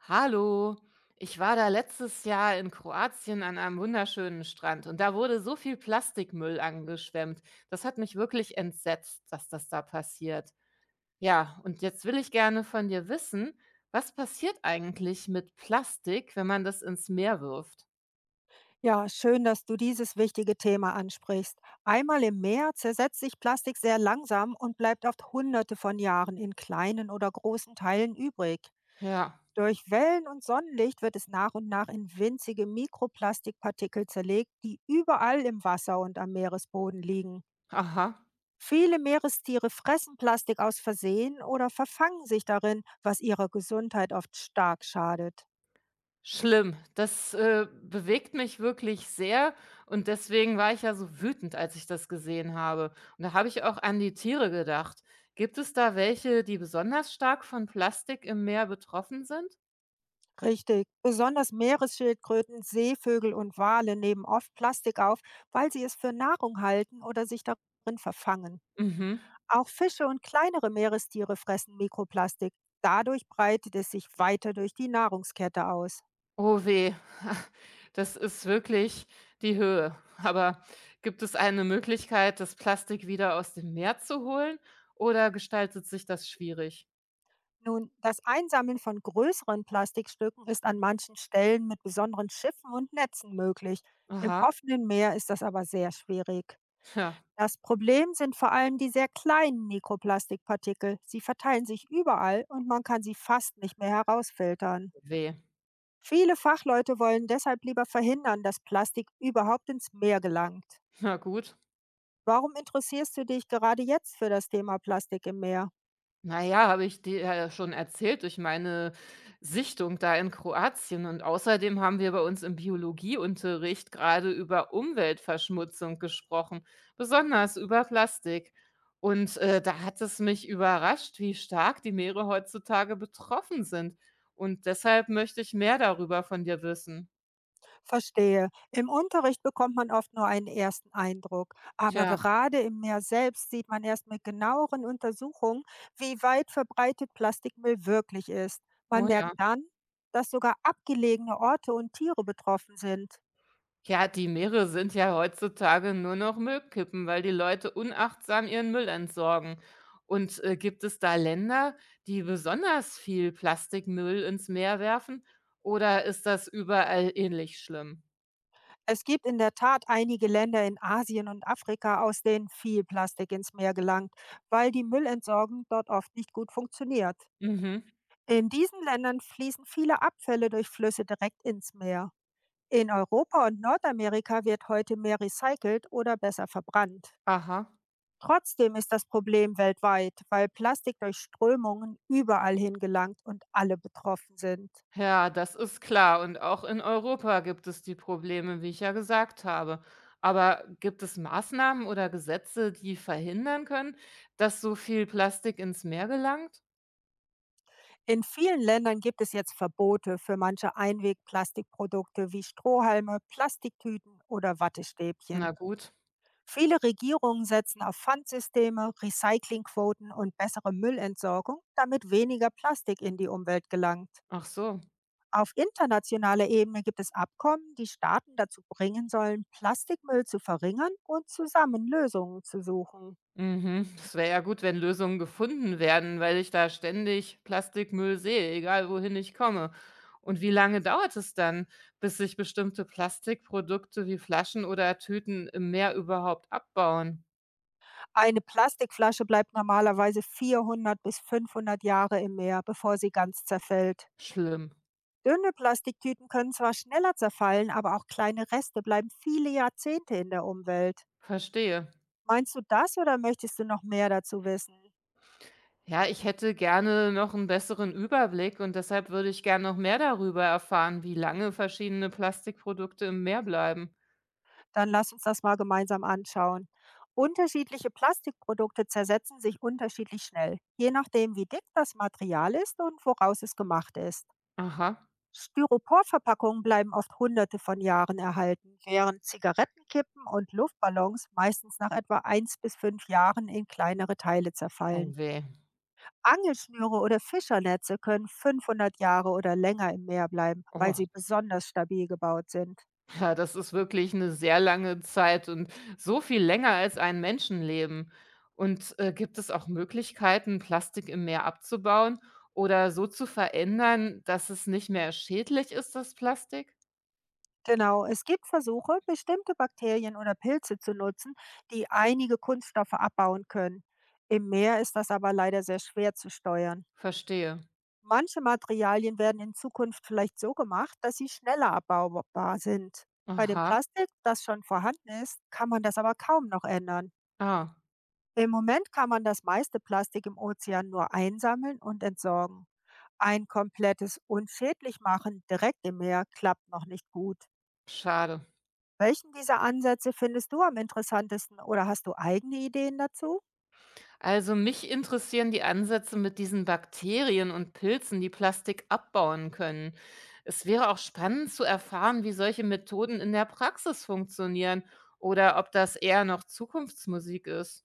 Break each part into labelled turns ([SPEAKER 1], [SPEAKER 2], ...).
[SPEAKER 1] Hallo, ich war da letztes Jahr in Kroatien an einem wunderschönen Strand und da wurde so viel Plastikmüll angeschwemmt. Das hat mich wirklich entsetzt, dass das da passiert. Ja, und jetzt will ich gerne von dir wissen, was passiert eigentlich mit Plastik, wenn man das ins Meer wirft?
[SPEAKER 2] Ja, schön, dass du dieses wichtige Thema ansprichst. Einmal im Meer zersetzt sich Plastik sehr langsam und bleibt oft hunderte von Jahren in kleinen oder großen Teilen übrig.
[SPEAKER 1] Ja,
[SPEAKER 2] Durch Wellen und Sonnenlicht wird es nach und nach in winzige Mikroplastikpartikel zerlegt, die überall im Wasser und am Meeresboden liegen.
[SPEAKER 1] aha.
[SPEAKER 2] Viele Meerestiere fressen Plastik aus Versehen oder verfangen sich darin, was ihrer Gesundheit oft stark schadet.
[SPEAKER 1] Schlimm. Das, bewegt mich wirklich sehr und deswegen war ich ja so wütend, als ich das gesehen habe. Und da habe ich auch an die Tiere gedacht. Gibt es da welche, die besonders stark von Plastik im Meer betroffen sind?
[SPEAKER 2] Richtig. Besonders Meeresschildkröten, Seevögel und Wale nehmen oft Plastik auf, weil sie es für Nahrung halten oder sich darin verfangen.
[SPEAKER 1] Mhm.
[SPEAKER 2] Auch Fische und kleinere Meerestiere fressen Mikroplastik. Dadurch breitet es sich weiter durch die Nahrungskette aus.
[SPEAKER 1] Oh weh, das ist wirklich die Höhe. Aber gibt es eine Möglichkeit, das Plastik wieder aus dem Meer zu holen oder gestaltet sich das schwierig?
[SPEAKER 2] Nun, das Einsammeln von größeren Plastikstücken ist an manchen Stellen mit besonderen Schiffen und Netzen möglich. Im
[SPEAKER 1] Aha,
[SPEAKER 2] offenen Meer ist das aber sehr schwierig.
[SPEAKER 1] ja,
[SPEAKER 2] Das Problem sind vor allem die sehr kleinen Mikroplastikpartikel. Sie verteilen sich überall und man kann sie fast nicht mehr herausfiltern.
[SPEAKER 1] weh.
[SPEAKER 2] Viele Fachleute wollen deshalb lieber verhindern, dass Plastik überhaupt ins Meer gelangt.
[SPEAKER 1] Na gut.
[SPEAKER 2] Warum interessierst du dich gerade jetzt für das Thema Plastik im Meer?
[SPEAKER 1] Na ja, habe ich dir ja schon erzählt durch meine Sichtung da in Kroatien. Und außerdem haben wir bei uns im Biologieunterricht gerade über Umweltverschmutzung gesprochen, besonders über Plastik. Und da hat es mich überrascht, wie stark die Meere heutzutage betroffen sind. Und deshalb möchte ich mehr darüber von dir wissen.
[SPEAKER 2] Verstehe. Im Unterricht bekommt man oft nur einen ersten Eindruck, aber
[SPEAKER 1] Tja,
[SPEAKER 2] gerade im Meer selbst sieht man erst mit genaueren Untersuchungen, wie weit verbreitet Plastikmüll wirklich ist. Man
[SPEAKER 1] oh
[SPEAKER 2] merkt
[SPEAKER 1] ja.
[SPEAKER 2] dann, dass sogar abgelegene Orte und Tiere betroffen sind.
[SPEAKER 1] Ja, die Meere sind ja heutzutage nur noch Müllkippen, weil die Leute unachtsam ihren Müll entsorgen. Und gibt es da Länder, die besonders viel Plastikmüll ins Meer werfen? Oder ist das überall ähnlich schlimm?
[SPEAKER 2] Es gibt in der Tat einige Länder in Asien und Afrika, aus denen viel Plastik ins Meer gelangt, weil die Müllentsorgung dort oft nicht gut funktioniert.
[SPEAKER 1] Mhm.
[SPEAKER 2] In diesen Ländern fließen viele Abfälle durch Flüsse direkt ins Meer. In Europa und Nordamerika wird heute mehr recycelt oder besser verbrannt.
[SPEAKER 1] Aha.
[SPEAKER 2] Trotzdem ist das Problem weltweit, weil Plastik durch Strömungen überall hingelangt und alle betroffen sind.
[SPEAKER 1] Ja, das ist klar. Und auch in Europa gibt es die Probleme, wie ich ja gesagt habe. Aber gibt es Maßnahmen oder Gesetze, die verhindern können, dass so viel Plastik ins Meer gelangt?
[SPEAKER 2] In vielen Ländern gibt es jetzt Verbote für manche Einwegplastikprodukte wie Strohhalme, Plastiktüten oder
[SPEAKER 1] Na
[SPEAKER 2] Wattestäbchen.
[SPEAKER 1] gut.
[SPEAKER 2] Viele Regierungen setzen auf Pfandsysteme, Recyclingquoten und bessere Müllentsorgung, damit weniger Plastik in die Umwelt gelangt.
[SPEAKER 1] Ach so.
[SPEAKER 2] Auf internationaler Ebene gibt es Abkommen, die Staaten dazu bringen sollen, Plastikmüll zu verringern und zusammen Lösungen zu suchen.
[SPEAKER 1] Mhm. Es wäre ja gut, wenn Lösungen gefunden werden, weil ich da ständig Plastikmüll sehe, egal wohin ich komme. Und wie lange dauert es dann, bis sich bestimmte Plastikprodukte wie Flaschen oder Tüten im Meer überhaupt abbauen?
[SPEAKER 2] Eine Plastikflasche bleibt normalerweise 400 bis 500 Jahre im Meer, bevor sie ganz zerfällt.
[SPEAKER 1] Schlimm.
[SPEAKER 2] Dünne Plastiktüten können zwar schneller zerfallen, aber auch kleine Reste bleiben viele Jahrzehnte in der Umwelt.
[SPEAKER 1] Verstehe.
[SPEAKER 2] Meinst du das oder möchtest du noch mehr dazu wissen?
[SPEAKER 1] Ja, ich hätte gerne noch einen besseren Überblick und deshalb würde ich gerne noch mehr darüber erfahren, wie lange verschiedene Plastikprodukte im Meer bleiben.
[SPEAKER 2] Dann lass uns das mal gemeinsam anschauen. Unterschiedliche Plastikprodukte zersetzen sich unterschiedlich schnell, je nachdem, wie dick das Material ist und woraus es gemacht ist.
[SPEAKER 1] Aha.
[SPEAKER 2] Styroporverpackungen bleiben oft hunderte von Jahren erhalten, während Zigarettenkippen und Luftballons meistens nach etwa eins bis 5 Jahren in kleinere Teile
[SPEAKER 1] Oh
[SPEAKER 2] zerfallen.
[SPEAKER 1] weh.
[SPEAKER 2] Angelschnüre oder Fischernetze können 500 Jahre oder länger im Meer bleiben, weil
[SPEAKER 1] Oh.
[SPEAKER 2] sie besonders stabil gebaut sind.
[SPEAKER 1] Ja, das ist wirklich eine sehr lange Zeit und so viel länger als ein Menschenleben. Und, gibt es auch Möglichkeiten, Plastik im Meer abzubauen oder so zu verändern, dass es nicht mehr schädlich ist, das Plastik?
[SPEAKER 2] Genau, es gibt Versuche, bestimmte Bakterien oder Pilze zu nutzen, die einige Kunststoffe abbauen können. Im Meer ist das aber leider sehr schwer zu steuern.
[SPEAKER 1] Verstehe.
[SPEAKER 2] Manche Materialien werden in Zukunft vielleicht so gemacht, dass sie schneller abbaubar sind. Bei dem
[SPEAKER 1] Aha.
[SPEAKER 2] Plastik, das schon vorhanden ist, kann man das aber kaum noch ändern.
[SPEAKER 1] Ah,
[SPEAKER 2] Im Moment kann man das meiste Plastik im Ozean nur einsammeln und entsorgen. Ein komplettes Unschädlich machen direkt im Meer klappt noch nicht gut.
[SPEAKER 1] schade.
[SPEAKER 2] Welchen dieser Ansätze findest du am interessantesten oder hast du eigene Ideen dazu?
[SPEAKER 1] Also mich interessieren die Ansätze mit diesen Bakterien und Pilzen, die Plastik abbauen können. Es wäre auch spannend zu erfahren, wie solche Methoden in der Praxis funktionieren oder ob das eher noch Zukunftsmusik ist.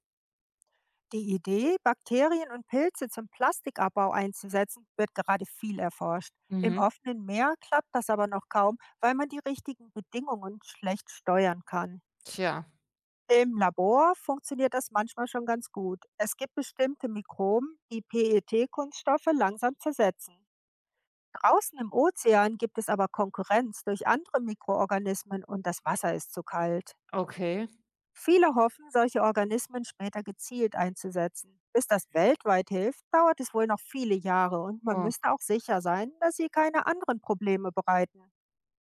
[SPEAKER 2] Die Idee, Bakterien und Pilze zum Plastikabbau einzusetzen, wird gerade viel erforscht. Im
[SPEAKER 1] Mhm.
[SPEAKER 2] offenen Meer klappt das aber noch kaum, weil man die richtigen Bedingungen schlecht steuern kann.
[SPEAKER 1] Tja,
[SPEAKER 2] Im Labor funktioniert das manchmal schon ganz gut. Es gibt bestimmte Mikroben, die PET-Kunststoffe langsam zersetzen. Draußen im Ozean gibt es aber Konkurrenz durch andere Mikroorganismen und das Wasser ist zu kalt.
[SPEAKER 1] okay.
[SPEAKER 2] Viele hoffen, solche Organismen später gezielt einzusetzen. Bis das weltweit hilft, dauert es wohl noch viele Jahre und man
[SPEAKER 1] Oh.
[SPEAKER 2] müsste auch sicher sein, dass sie keine anderen Probleme bereiten.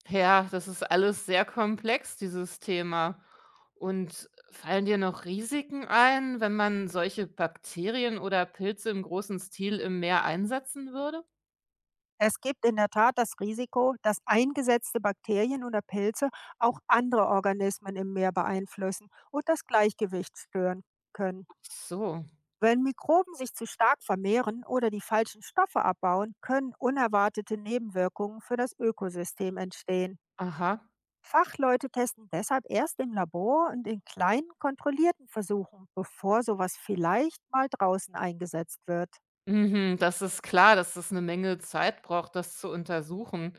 [SPEAKER 1] Ja, das ist alles sehr komplex, dieses Thema. Und fallen dir noch Risiken ein, wenn man solche Bakterien oder Pilze im großen Stil im Meer einsetzen würde?
[SPEAKER 2] Es gibt in der Tat das Risiko, dass eingesetzte Bakterien oder Pilze auch andere Organismen im Meer beeinflussen und das Gleichgewicht stören können.
[SPEAKER 1] So,
[SPEAKER 2] Wenn Mikroben sich zu stark vermehren oder die falschen Stoffe abbauen, können unerwartete Nebenwirkungen für das Ökosystem entstehen.
[SPEAKER 1] aha.
[SPEAKER 2] Fachleute testen deshalb erst im Labor und in kleinen, kontrollierten Versuchen, bevor sowas vielleicht mal draußen eingesetzt wird.
[SPEAKER 1] Mhm, das ist klar, dass das eine Menge Zeit braucht, das zu untersuchen.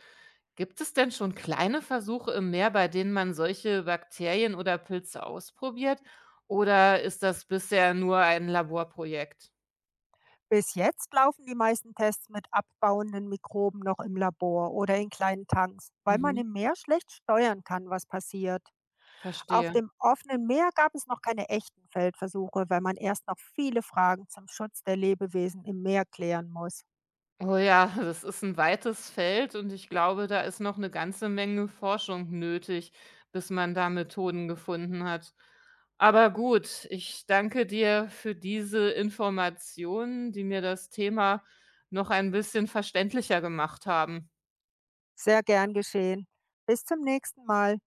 [SPEAKER 1] Gibt es denn schon kleine Versuche im Meer, bei denen man solche Bakterien oder Pilze ausprobiert? Oder ist das bisher nur ein Laborprojekt?
[SPEAKER 2] Bis jetzt laufen die meisten Tests mit abbauenden Mikroben noch im Labor oder in kleinen Tanks, weil man
[SPEAKER 1] Mhm,
[SPEAKER 2] im Meer schlecht steuern kann, was passiert. Auf
[SPEAKER 1] verstehe.
[SPEAKER 2] dem offenen Meer gab es noch keine echten Feldversuche, weil man erst noch viele Fragen zum Schutz der Lebewesen im Meer klären muss.
[SPEAKER 1] Oh ja, das ist ein weites Feld und ich glaube, da ist noch eine ganze Menge Forschung nötig, bis man da Methoden gefunden hat. Aber gut, ich danke dir für diese Informationen, die mir das Thema noch ein bisschen verständlicher gemacht haben.
[SPEAKER 2] Sehr gern geschehen. Bis zum nächsten Mal.